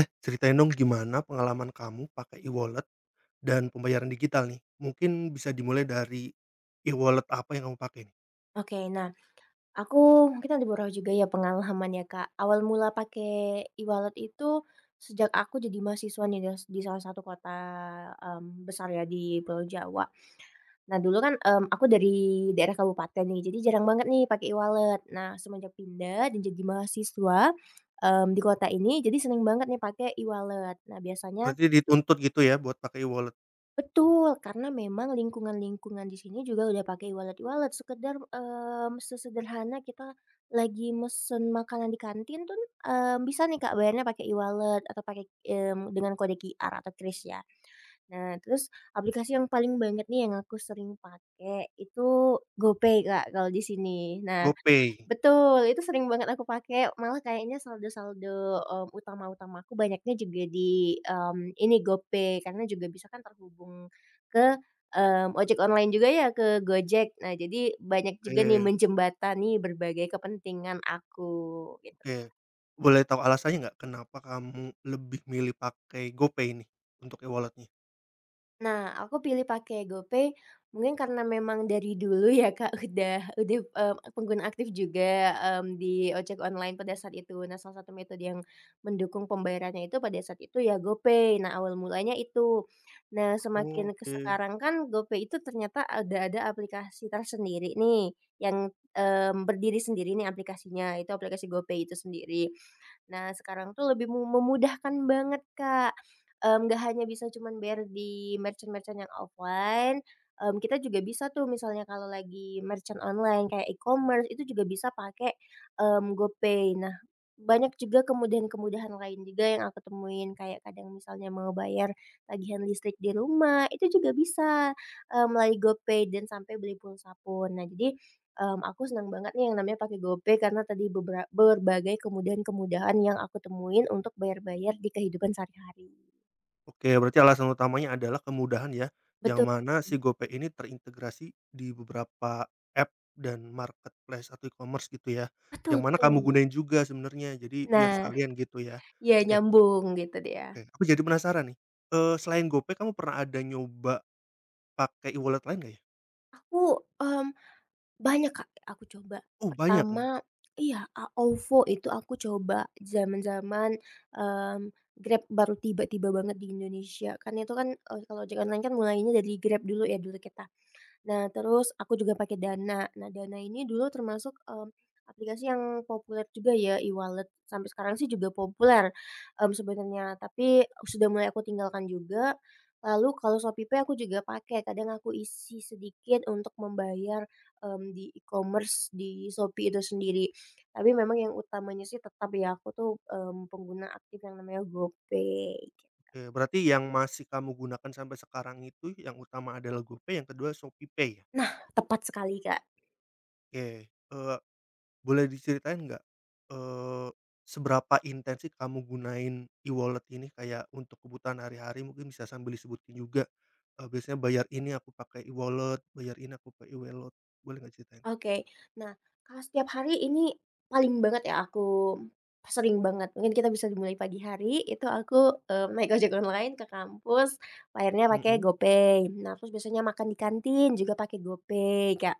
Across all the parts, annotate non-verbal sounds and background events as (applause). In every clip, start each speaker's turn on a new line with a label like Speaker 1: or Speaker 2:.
Speaker 1: Eh, ceritain dong gimana pengalaman kamu pakai e-wallet dan pembayaran digital nih? Mungkin bisa dimulai dari e-wallet apa yang kamu pakai nih?
Speaker 2: Oke, nah aku mungkin ada beberapa juga ya pengalaman ya, Kak. Awal mula pakai e-wallet itu sejak aku jadi mahasiswa nih di salah satu kota, besar ya di Pulau Jawa. Nah dulu kan, aku dari daerah kabupaten nih, jadi jarang banget nih pakai e-wallet. Nah semenjak pindah dan jadi mahasiswa, di kota ini, jadi seneng banget nih pakai e-wallet. Nah biasanya
Speaker 1: Berarti dituntut gitu ya buat pakai e-wallet?
Speaker 2: betul, karena memang lingkungan-lingkungan di sini juga udah pakai e-wallet-e-wallet, sekedar, sesederhana kita lagi mesen makanan di kantin tuh, bisa nih Kak bayarnya pakai e-wallet atau pakai, dengan kode QR atau kris ya. Nah, terus aplikasi yang paling banget nih yang aku sering pakai itu GoPay Kak, kalau di sini. Nah
Speaker 1: GoPay?
Speaker 2: betul, itu sering banget aku pakai, malah kayaknya saldo-saldo, utama-utama aku banyaknya juga di, ini GoPay karena juga bisa kan terhubung ke, ojek online juga ya, ke Gojek. Nah, jadi banyak juga nih
Speaker 1: Oke,
Speaker 2: menjembatani berbagai kepentingan aku, gitu.
Speaker 1: oke. Boleh tahu alasannya nggak, kenapa kamu lebih milih pakai GoPay nih untuk e walletnya?
Speaker 2: Nah, aku pilih pakai GoPay mungkin karena memang dari dulu ya, Kak, (laughs) pengguna aktif juga, di ojek online pada saat itu. Nah, salah satu metode yang mendukung pembayarannya itu pada saat itu ya GoPay. Nah, awal mulanya itu. Nah, semakin ke
Speaker 1: Oke.
Speaker 2: sekarang kan GoPay itu ternyata ada aplikasi tersendiri nih yang, berdiri sendiri nih aplikasinya, itu aplikasi GoPay itu sendiri. Nah, sekarang tuh lebih memudahkan banget, Kak, nggak hanya bisa cuman bayar di merchant-merchant yang offline, kita juga bisa tuh misalnya kalau lagi merchant online kayak e-commerce itu juga bisa pakai, GoPay. Nah, banyak juga kemudahan-kemudahan lain juga yang aku temuin kayak kadang misalnya mau bayar tagihan listrik di rumah, itu juga bisa, melalui GoPay dan sampai beli pulsa pun. Nah, jadi aku senang banget nih yang namanya pakai GoPay karena tadi berbagai kemudahan-kemudahan yang aku temuin untuk bayar-bayar di kehidupan sehari-hari.
Speaker 1: Oke, berarti alasan utamanya adalah kemudahan ya, yang
Speaker 2: Betul,
Speaker 1: mana si GoPay ini terintegrasi di beberapa app dan marketplace atau e-commerce gitu ya,
Speaker 2: betul
Speaker 1: yang mana kamu
Speaker 2: betul.
Speaker 1: gunain juga sebenarnya, jadi biar
Speaker 2: Nah,
Speaker 1: sekalian gitu ya.
Speaker 2: ya
Speaker 1: Oke,
Speaker 2: nyambung gitu dia.
Speaker 1: oke, aku jadi penasaran nih, selain GoPay kamu pernah ada nyoba pakai e-wallet lain nggak ya?
Speaker 2: Aku, banyak Kak, aku coba.
Speaker 1: Oh, banyak nih.
Speaker 2: Pertama iya, OVO itu aku coba zaman-zaman, mmm, Grab baru tiba-tiba banget di Indonesia, kan itu kan, kalau ojek online kan mulainya dari Grab dulu ya dulu kita. Nah, terus aku juga pakai Dana. Nah, Dana ini dulu termasuk, aplikasi yang populer juga ya, e-wallet. Sampai sekarang sih juga populer, sebenarnya, tapi sudah mulai aku tinggalkan juga. Lalu kalau Shopee aku juga pakai, kadang aku isi sedikit untuk membayar, di e-commerce di Shopee itu sendiri. Tapi memang yang utamanya sih tetap ya, aku tuh, pengguna aktif yang namanya GoPay.
Speaker 1: Oke, berarti yang masih kamu gunakan sampai sekarang itu yang utama adalah GoPay yang kedua ShopeePay ya?
Speaker 2: Nah, tepat sekali, Kak.
Speaker 1: Oke. eee Boleh diceritain nggak, eee, seberapa intens sih kamu gunain e-wallet ini kayak untuk kebutuhan hari-hari mungkin bisa sambil disebutin juga, biasanya bayar ini aku pakai e-wallet, bayar ini aku pakai e-wallet, boleh nggak ceritain?
Speaker 2: Oke. Nah, kalau setiap hari ini paling banget ya aku sering banget, mungkin kita bisa dimulai pagi hari, itu aku, naik ojek online ke kampus, bayarnya pakai
Speaker 1: Mhm.
Speaker 2: GoPay. Nah, terus biasanya makan di kantin juga pakai GoPay, Kak.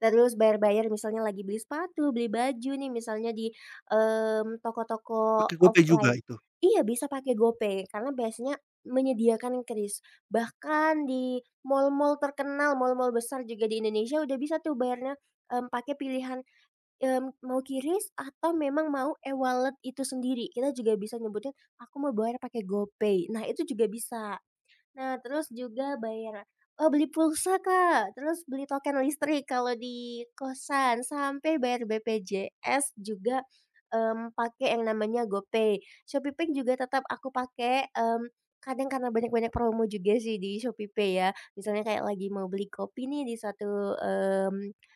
Speaker 2: Terus bayar-bayar misalnya lagi beli sepatu, beli baju nih misalnya di, toko-toko
Speaker 1: Pakai GoPay juga
Speaker 2: offline
Speaker 1: itu?
Speaker 2: iya, bisa pakai GoPay karena biasanya menyediakan kris. Bahkan di mall-mall terkenal, mall-mall besar juga di Indonesia udah bisa tuh bayarnya pakai pilihan, mau kiris atau memang mau e-wallet itu sendiri. Kita juga bisa nyebutin, "Aku mau bayar pakai GoPay." Nah, itu juga bisa. Nah, terus juga bayar oh beli pulsa, Kak, terus beli token listrik kalau di kosan, sampai bayar BPJS juga, pakai yang namanya GoPay. ShopeePay juga tetap aku pakai, kadang karena banyak-banyak promo juga sih di ShopeePay ya, misalnya kayak lagi mau beli kopi nih di suatu, mmm,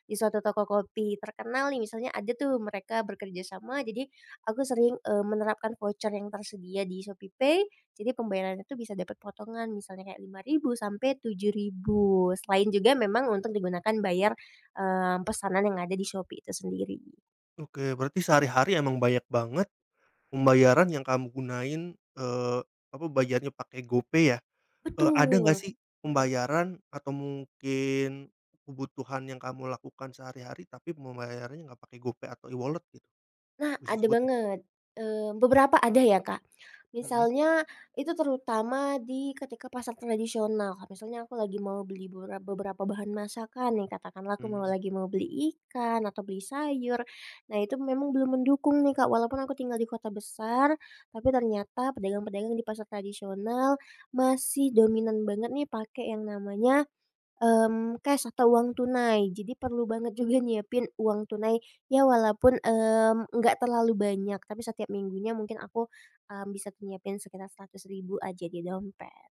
Speaker 2: di suatu toko kopi terkenal nih, misalnya ada tuh mereka bekerja sama, jadi aku sering, menerapkan voucher yang tersedia di ShopeePay jadi pembayarannya tuh bisa dapat potongan misalnya kayak 5 ribu sampai 7 ribu. Selain juga memang untuk digunakan bayar, pesanan yang ada di Shopee itu sendiri.
Speaker 1: Oke, berarti sehari-hari emang banyak banget pembayaran yang kamu gunain, eee, apa, bayarnya pakai GoPay ya? Ada nggak
Speaker 2: Betul,
Speaker 1: sih
Speaker 2: mhm.
Speaker 1: pembayaran atau mungkin kebutuhan yang kamu lakukan sehari-hari tapi pembayarannya nggak pakai GoPay atau e-wallet gitu?
Speaker 2: Nah,
Speaker 1: Which is
Speaker 2: ada
Speaker 1: good.
Speaker 2: banget, beberapa ada ya, Kak.
Speaker 1: Mhm,
Speaker 2: Misalnya itu terutama di ketika pasar tradisional, misalnya aku lagi mau beli beberapa bahan masakan nih, katakanlah aku
Speaker 1: mmm.
Speaker 2: mau beli ikan atau beli sayur. Nah, itu memang belum mendukung nih, Kak, walaupun aku tinggal di kota besar, tapi ternyata pedagang-pedagang di pasar tradisional masih dominan banget nih pakai yang namanya cash atau uang tunai. Jadi perlu banget juga nyiapin uang tunai, ya walaupun, nggak terlalu banyak, tapi setiap minggunya mungkin aku, bisa nyiapin sekitar 100 ribu aja di dompet.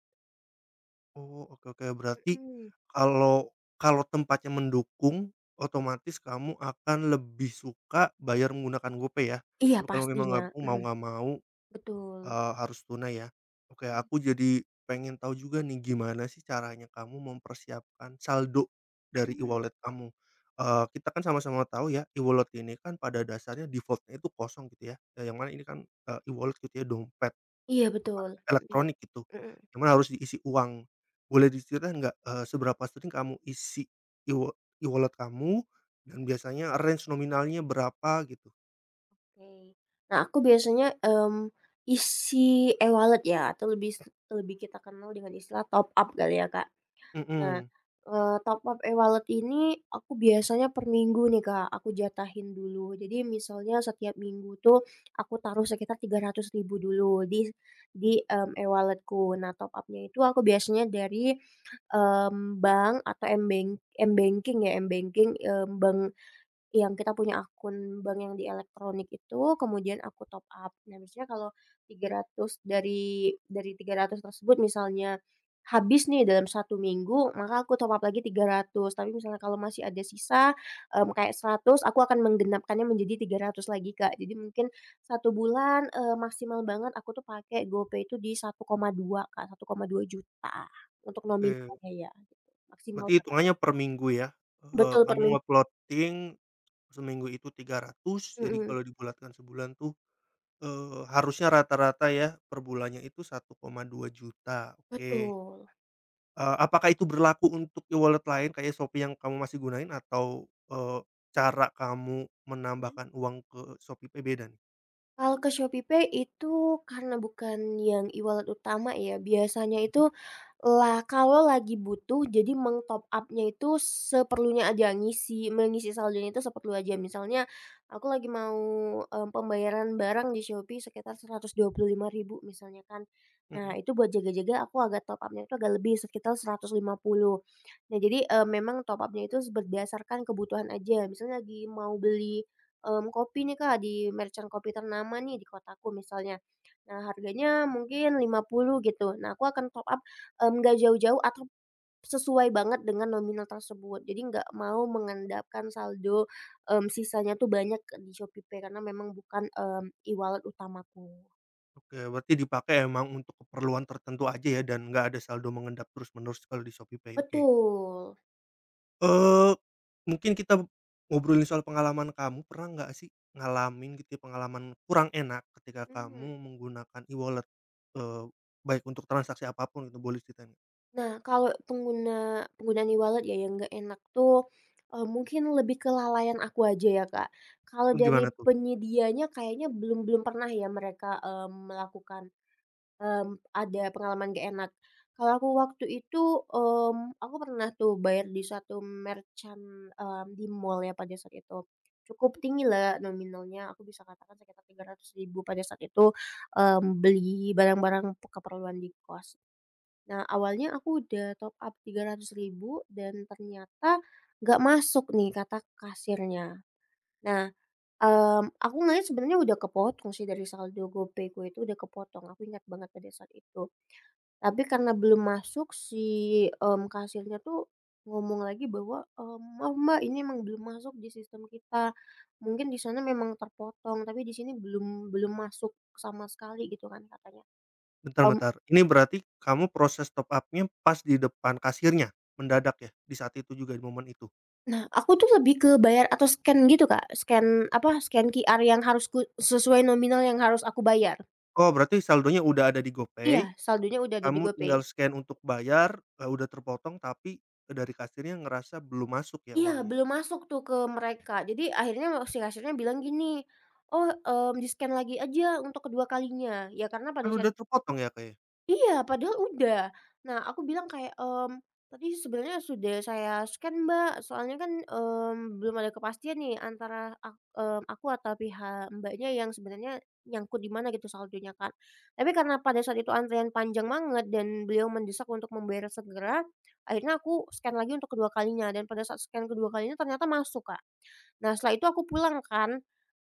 Speaker 1: Oh, oke, oke. Berarti
Speaker 2: Mhm.
Speaker 1: kalau kalau tempatnya mendukung, otomatis kamu akan lebih suka bayar menggunakan GoPay ya?
Speaker 2: Iya
Speaker 1: Tapi kalau memang
Speaker 2: pastinya,
Speaker 1: nggak mau mau
Speaker 2: mhm,
Speaker 1: nggak mau,
Speaker 2: betul.
Speaker 1: harus tunai ya? Oke,
Speaker 2: Mmm,
Speaker 1: aku jadi pengen tahu juga nih gimana sih caranya kamu mempersiapkan saldo dari
Speaker 2: mhm.
Speaker 1: e-wallet kamu? Kita kan sama-sama tahu ya e-wallet ini kan pada dasarnya default-nya itu kosong gitu ya, yang mana ini kan, e-wallet gitu ya, dompet.
Speaker 2: Iya
Speaker 1: Apa,
Speaker 2: betul, mhm
Speaker 1: elektronik gitu,
Speaker 2: mhm.
Speaker 1: yang mana harus diisi uang. Boleh diceritain nggak, seberapa sering kamu isi e-wa e-wallet kamu dan biasanya range nominalnya berapa gitu?
Speaker 2: Oke. Nah aku biasanya, isi e-wallet ya atau lebih lebih kita kenal dengan istilah top up kali ya Kak. Nah,
Speaker 1: Mhm,
Speaker 2: top up e-wallet ini aku biasanya per minggu nih, Kak, aku jatahin dulu. Jadi misalnya setiap minggu tuh aku taruh sekitar 300 ribu dulu di di e walletku. Nah, top upnya itu aku biasanya dari, bank atau m-banking ya, m-banking, bank yang kita punya akun bank yang di elektronik itu, kemudian aku top up. Nah, biasanya kalau 300 dari 300 tersebut misalnya habis nih dalam satu minggu, maka aku top up lagi 300. Tapi misalnya kalau masih ada sisa, kayak 100, aku akan menggenapkannya menjadi 300 lagi, Kak. Jadi mungkin satu bulan, maksimal banget aku tuh pakai GoPay itu di 1,2, Kak, 1,2 juta untuk
Speaker 1: oke.
Speaker 2: nominalnya ya, gitu. Maksimal
Speaker 1: Berarti
Speaker 2: banget.
Speaker 1: hitungannya per minggu ya,
Speaker 2: Betul, per
Speaker 1: kamu
Speaker 2: minggu.
Speaker 1: nge-plotting seminggu itu 300, jadi
Speaker 2: Mhm,
Speaker 1: kalau dibulatkan sebulan tuh, harusnya rata-rata ya per bulannya itu 1,2 juta, oke.
Speaker 2: betul.
Speaker 1: Apakah itu berlaku untuk e-wallet lain kayak Shopee yang kamu masih gunain atau, cara kamu menambahkan uang ke ShopeePay beda nih?
Speaker 2: Kalau ke ShopeePay itu karena bukan yang e-wallet utama ya, biasanya
Speaker 1: Mhm,
Speaker 2: itu lah kalau lagi butuh jadi meng-top up-nya itu seperlunya aja, mengisi saldonya itu seperlu aja. Misalnya aku lagi mau, pembayaran barang di Shopee sekitar 125 ribu misalnya kan. Nah,
Speaker 1: mhm.
Speaker 2: itu buat jaga-jaga aku agak top up-nya itu agak lebih sekitar 150 ribu. Nah, jadi, memang top up-nya itu berdasarkan kebutuhan aja. Misalnya lagi mau beli kopi nih Kak, di merchant kopi ternama nih di kotaku misalnya. Nah harganya mungkin 50 ribu gitu. Nah aku akan top up, nggak jauh-jauh atau sesuai banget dengan nominal tersebut. Jadi nggak mau mengandalkan saldo, sisanya tuh banyak di Shopee Pay karena memang bukan, e-wallet utamaku.
Speaker 1: Oke, berarti dipakai emang untuk keperluan tertentu aja ya dan nggak ada saldo mengendap terus-menerus kalau di ShopeePay, oke.
Speaker 2: Betul,
Speaker 1: Eee, mungkin kita ngobrolin soal pengalaman kamu, pernah nggak sih ngalamin gitu ya pengalaman kurang enak ketika
Speaker 2: mhm.
Speaker 1: kamu menggunakan e-wallet? Eee, baik untuk transaksi apa pun gitu, boleh ceritain nggak?
Speaker 2: Nah, kalau penggunaan e-wallet ya yang nggak enak tuh, mungkin lebih kelalaian aku aja ya, Kak. Kalau dari
Speaker 1: Gimana tuh?
Speaker 2: penyedianya kayaknya belum belum pernah ya mereka, melakukan, mmm, ada pengalaman nggak enak. Kalau aku waktu itu, aku pernah tuh bayar di suatu merchant, di mall ya pada saat itu. Cukup tinggilah nominalnya, aku bisa katakan sekitar 300 ribu pada saat itu, beli barang-barang keperluan di kos. Nah, awalnya aku udah top up rp ribu dan ternyata nggak masuk nih kata kasirnya. Nah, aku ngeliat sebenarnya udah kepotong sih dari saldo GoPay gue itu udah kepotong, aku ingat banget pada saat itu. Tapi karena belum masuk si, kasirnya tuh ngomong lagi bahwa, "Maaf Mbak, ini emang belum masuk di sistem kita. Mungkin di sana memang terpotong, tapi di sini belum belum masuk sama sekali," gitu kan katanya.
Speaker 1: Bentar,
Speaker 2: Mmm
Speaker 1: bentar, ini berarti kamu proses top up-nya pas di depan kasirnya? Mendadak ya? Di saat itu juga, di momen itu?
Speaker 2: Nah, aku tuh lebih ke bayar atau scan gitu, Kak. Scan apa, scan QR yang harus ku sesuai nominal yang harus aku bayar.
Speaker 1: Oh, berarti saldonya udah ada di GoPay,
Speaker 2: Iya, saldonya udah ada di
Speaker 1: kamu
Speaker 2: GoPay.
Speaker 1: tinggal scan untuk bayar, udah terpotong tapi eh, dari kasirnya ngerasa belum masuk ya
Speaker 2: Iya,
Speaker 1: uangnya?
Speaker 2: belum masuk tuh ke mereka. Jadi akhirnya si kasirnya bilang gini, "Oh, di-scan lagi aja untuk kedua kalinya." Ya karena
Speaker 1: Kan
Speaker 2: pada saat
Speaker 1: udah terpotong ya, Kak, ya?
Speaker 2: iya, padahal udah. Nah, aku bilang kayak, "Tadi sebenarnya sudah saya scan, Mbak, soalnya kan, belum ada kepastian nih antara aku atau pihak Mbaknya yang sebenarnya nyangkut di mana gitu saldonya kan." Tapi karena pada saat itu antrean panjang banget dan beliau mendesak untuk membayar segera, akhirnya aku scan lagi untuk kedua kalinya dan pada saat scan kedua kalinya ternyata masuk, Kak. Nah, setelah itu aku pulang kan,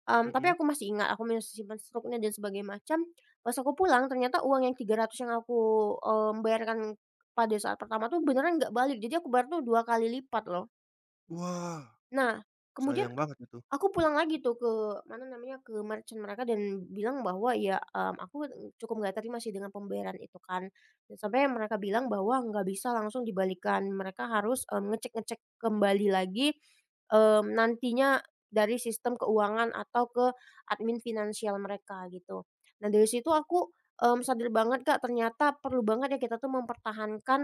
Speaker 2: tapi
Speaker 1: Mhm.
Speaker 2: aku masih ingat, aku masih simpen struknya dan sebagai macam. Pas aku pulang ternyata uang yang 300 yang aku, bayarkan pada saat pertama tuh beneran nggak balik. Jadi aku bayar tuh 2 kali lipat loh.
Speaker 1: Wah,
Speaker 2: Nah, kemudian
Speaker 1: sayang banget itu.
Speaker 2: aku pulang lagi tuh ke mana namanya, ke merchant mereka dan bilang bahwa ya, aku cukup nggak terima sih dengan pembayaran itu kan. Dan sampai mereka bilang bahwa nggak bisa langsung dibalikan mereka harus, ngecek-ngecek kembali lagi, nantinya dari sistem keuangan atau ke admin finansial mereka gitu. Nah dari situ aku, sadar banget Kak, ternyata perlu banget ya kita tuh mempertahankan,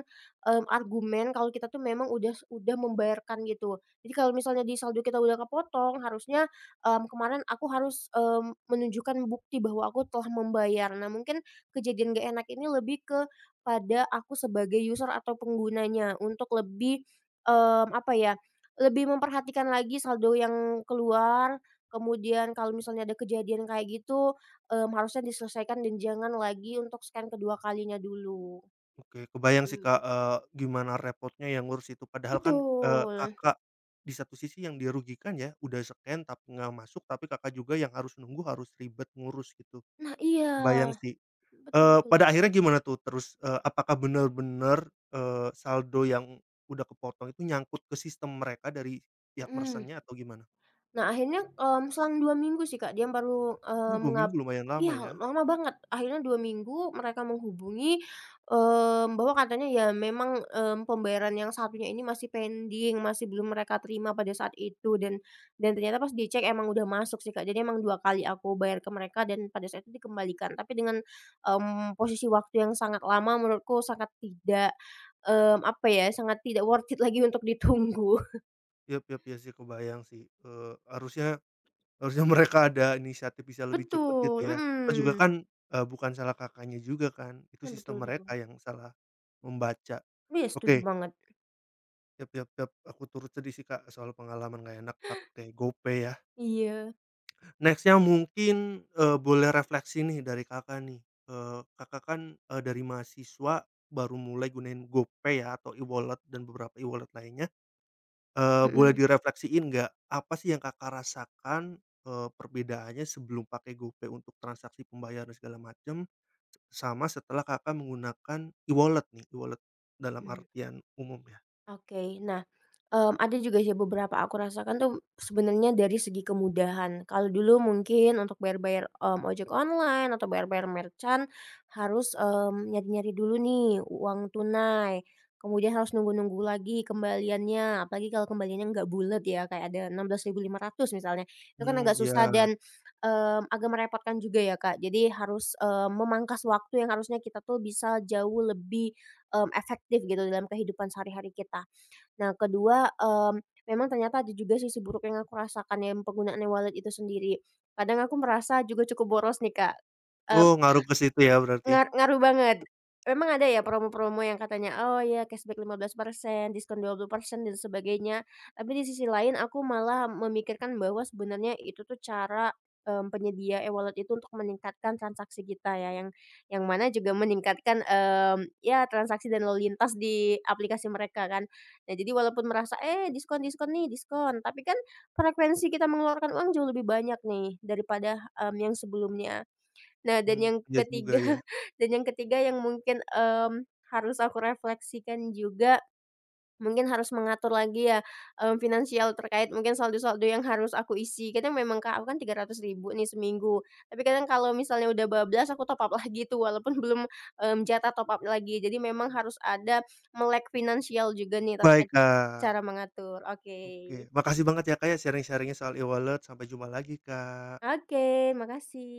Speaker 2: argumen kalau kita tuh memang udah membayarkan gitu. Jadi kalau misalnya di saldo kita udah kepotong harusnya, kemarin aku harus, menunjukkan bukti bahwa aku telah membayar. Nah mungkin kejadian nggak enak ini lebih ke pada aku sebagai user atau penggunanya untuk lebih, apa ya, lebih memperhatikan lagi saldo yang keluar, kemudian kalau misalnya ada kejadian kayak gitu, harusnya diselesaikan dan jangan lagi untuk scan kedua kalinya dulu.
Speaker 1: Oke, kebayang sih,
Speaker 2: Mhm.
Speaker 1: Kak, gimana repotnya yang ngurus itu. Padahal kan,
Speaker 2: Betul.
Speaker 1: Kakak di satu sisi yang dirugikan ya, udah scan tapi nggak masuk, tapi Kakak juga yang harus nunggu, harus ribet ngurus gitu.
Speaker 2: Nah iya,
Speaker 1: Kebayang sih,
Speaker 2: betul betul.
Speaker 1: pada akhirnya gimana tuh terus, apakah benar-benar saldo yang udah kepotong itu nyangkut ke sistem mereka dari pihak
Speaker 2: Mhm.
Speaker 1: merchant-nya atau gimana?
Speaker 2: Nah akhirnya, selang 2 minggu sih Kak, dia baru,
Speaker 1: Oh,
Speaker 2: eee,
Speaker 1: 2
Speaker 2: mengab
Speaker 1: minggu lumayan lama
Speaker 2: iya
Speaker 1: ya.
Speaker 2: lama banget, akhirnya 2 minggu mereka menghubungi, bahwa katanya ya memang, pembayaran yang satunya ini masih pending, masih belum mereka terima pada saat itu dan ternyata pas dicek emang udah masuk sih Kak, jadi emang 2 kali aku bayar ke mereka dan pada saat itu dikembalikan, tapi dengan, posisi waktu yang sangat lama menurutku sangat tidak, apa ya, sangat tidak worth it lagi untuk ditunggu.
Speaker 1: Ya, ya, iya sih kebayang sih, harusnya harusnya (laughs) mereka ada inisiatif bisa lebih cepet gitu
Speaker 2: Betul,
Speaker 1: ya, terus juga
Speaker 2: mhm.
Speaker 1: kan, bukan salah Kakaknya juga kan, itu
Speaker 2: Nah,
Speaker 1: sistem
Speaker 2: betul
Speaker 1: mereka
Speaker 2: betul.
Speaker 1: yang salah membaca.
Speaker 2: Iya, setuju
Speaker 1: Oke,
Speaker 2: banget.
Speaker 1: yap, yap, yap, aku turut sedih sih Kak soal pengalaman nggak enak pakai GoPay ya.
Speaker 2: Iya.
Speaker 1: Next-nya mungkin, boleh refleksi nih dari Kakak nih, Kakak kan, dari mahasiswa baru mulai gunain GoPay ya atau e-wallet dan beberapa e-wallet lainnya, boleh
Speaker 2: Mhm,
Speaker 1: direfleksiin nggak, apa sih yang Kakak rasakan, perbedaannya sebelum pakai GoPay untuk transaksi pembayaran segala macam, sama setelah Kakak menggunakan e-wallet nih, e-wallet dalam
Speaker 2: mmm.
Speaker 1: artian umum ya?
Speaker 2: Oke. Nah, ada juga sih beberapa aku rasakan tuh sebenarnya dari segi kemudahan. Kalau dulu mungkin untuk bayar-bayar, ojek online atau bayar-bayar merchant harus, nyari-nyari dulu nih uang tunai, kemudian harus nunggu-nunggu lagi kembaliannya, apalagi kalau kembaliannya nggak bulat ya, kayak ada 16.500 misalnya, itu kan
Speaker 1: Hmm,
Speaker 2: agak susah
Speaker 1: ya.
Speaker 2: dan, agak merepotkan juga ya, Kak. Jadi harus, memangkas waktu yang harusnya kita tuh bisa jauh lebih, efektif gitu dalam kehidupan sehari-hari kita. Nah kedua, memang ternyata ada juga sisi buruk yang aku rasakan yang penggunaan e-wallet itu sendiri. Kadang aku merasa juga cukup boros nih Kak.
Speaker 1: Oh, ngaruh ke situ ya berarti?
Speaker 2: Ngaruh banget. Memang ada ya promo-promo yang katanya, "Oh ya cashback 15%, diskon 20% dan sebagainya." Tapi di sisi lain aku malah memikirkan bahwa sebenarnya itu tuh cara, penyedia e-wallet itu untuk meningkatkan transaksi kita ya, yang mana juga meningkatkan, ya transaksi dan lalu lintas di aplikasi mereka kan. Nah jadi walaupun merasa, "Eh diskon diskon nih, diskon." Tapi kan frekuensi kita mengeluarkan uang jauh lebih banyak nih daripada, yang sebelumnya. Nah dan
Speaker 1: Mmm,
Speaker 2: yang
Speaker 1: iya juga
Speaker 2: ketiga
Speaker 1: ya.
Speaker 2: (laughs) dan yang ketiga yang mungkin, harus aku refleksikan juga, mungkin harus mengatur lagi ya, finansial terkait mungkin saldo-saldo yang harus aku isi. Kadang memang Kak, aku kan rp ribu nih seminggu, tapi kadang kalau misalnya udah bablas aku top up lagi tuh walaupun (laughs) belum, jatah top up lagi. Jadi memang harus ada melek finansial juga nih
Speaker 1: Baik,
Speaker 2: terkait
Speaker 1: Kak.
Speaker 2: cara mengatur.
Speaker 1: Oke,
Speaker 2: Oke.
Speaker 1: makasih banget ya, Kak, ya, sharing sharingnya soal e-wallet. Sampai jumpa lagi, Kak.
Speaker 2: Oke, makasih.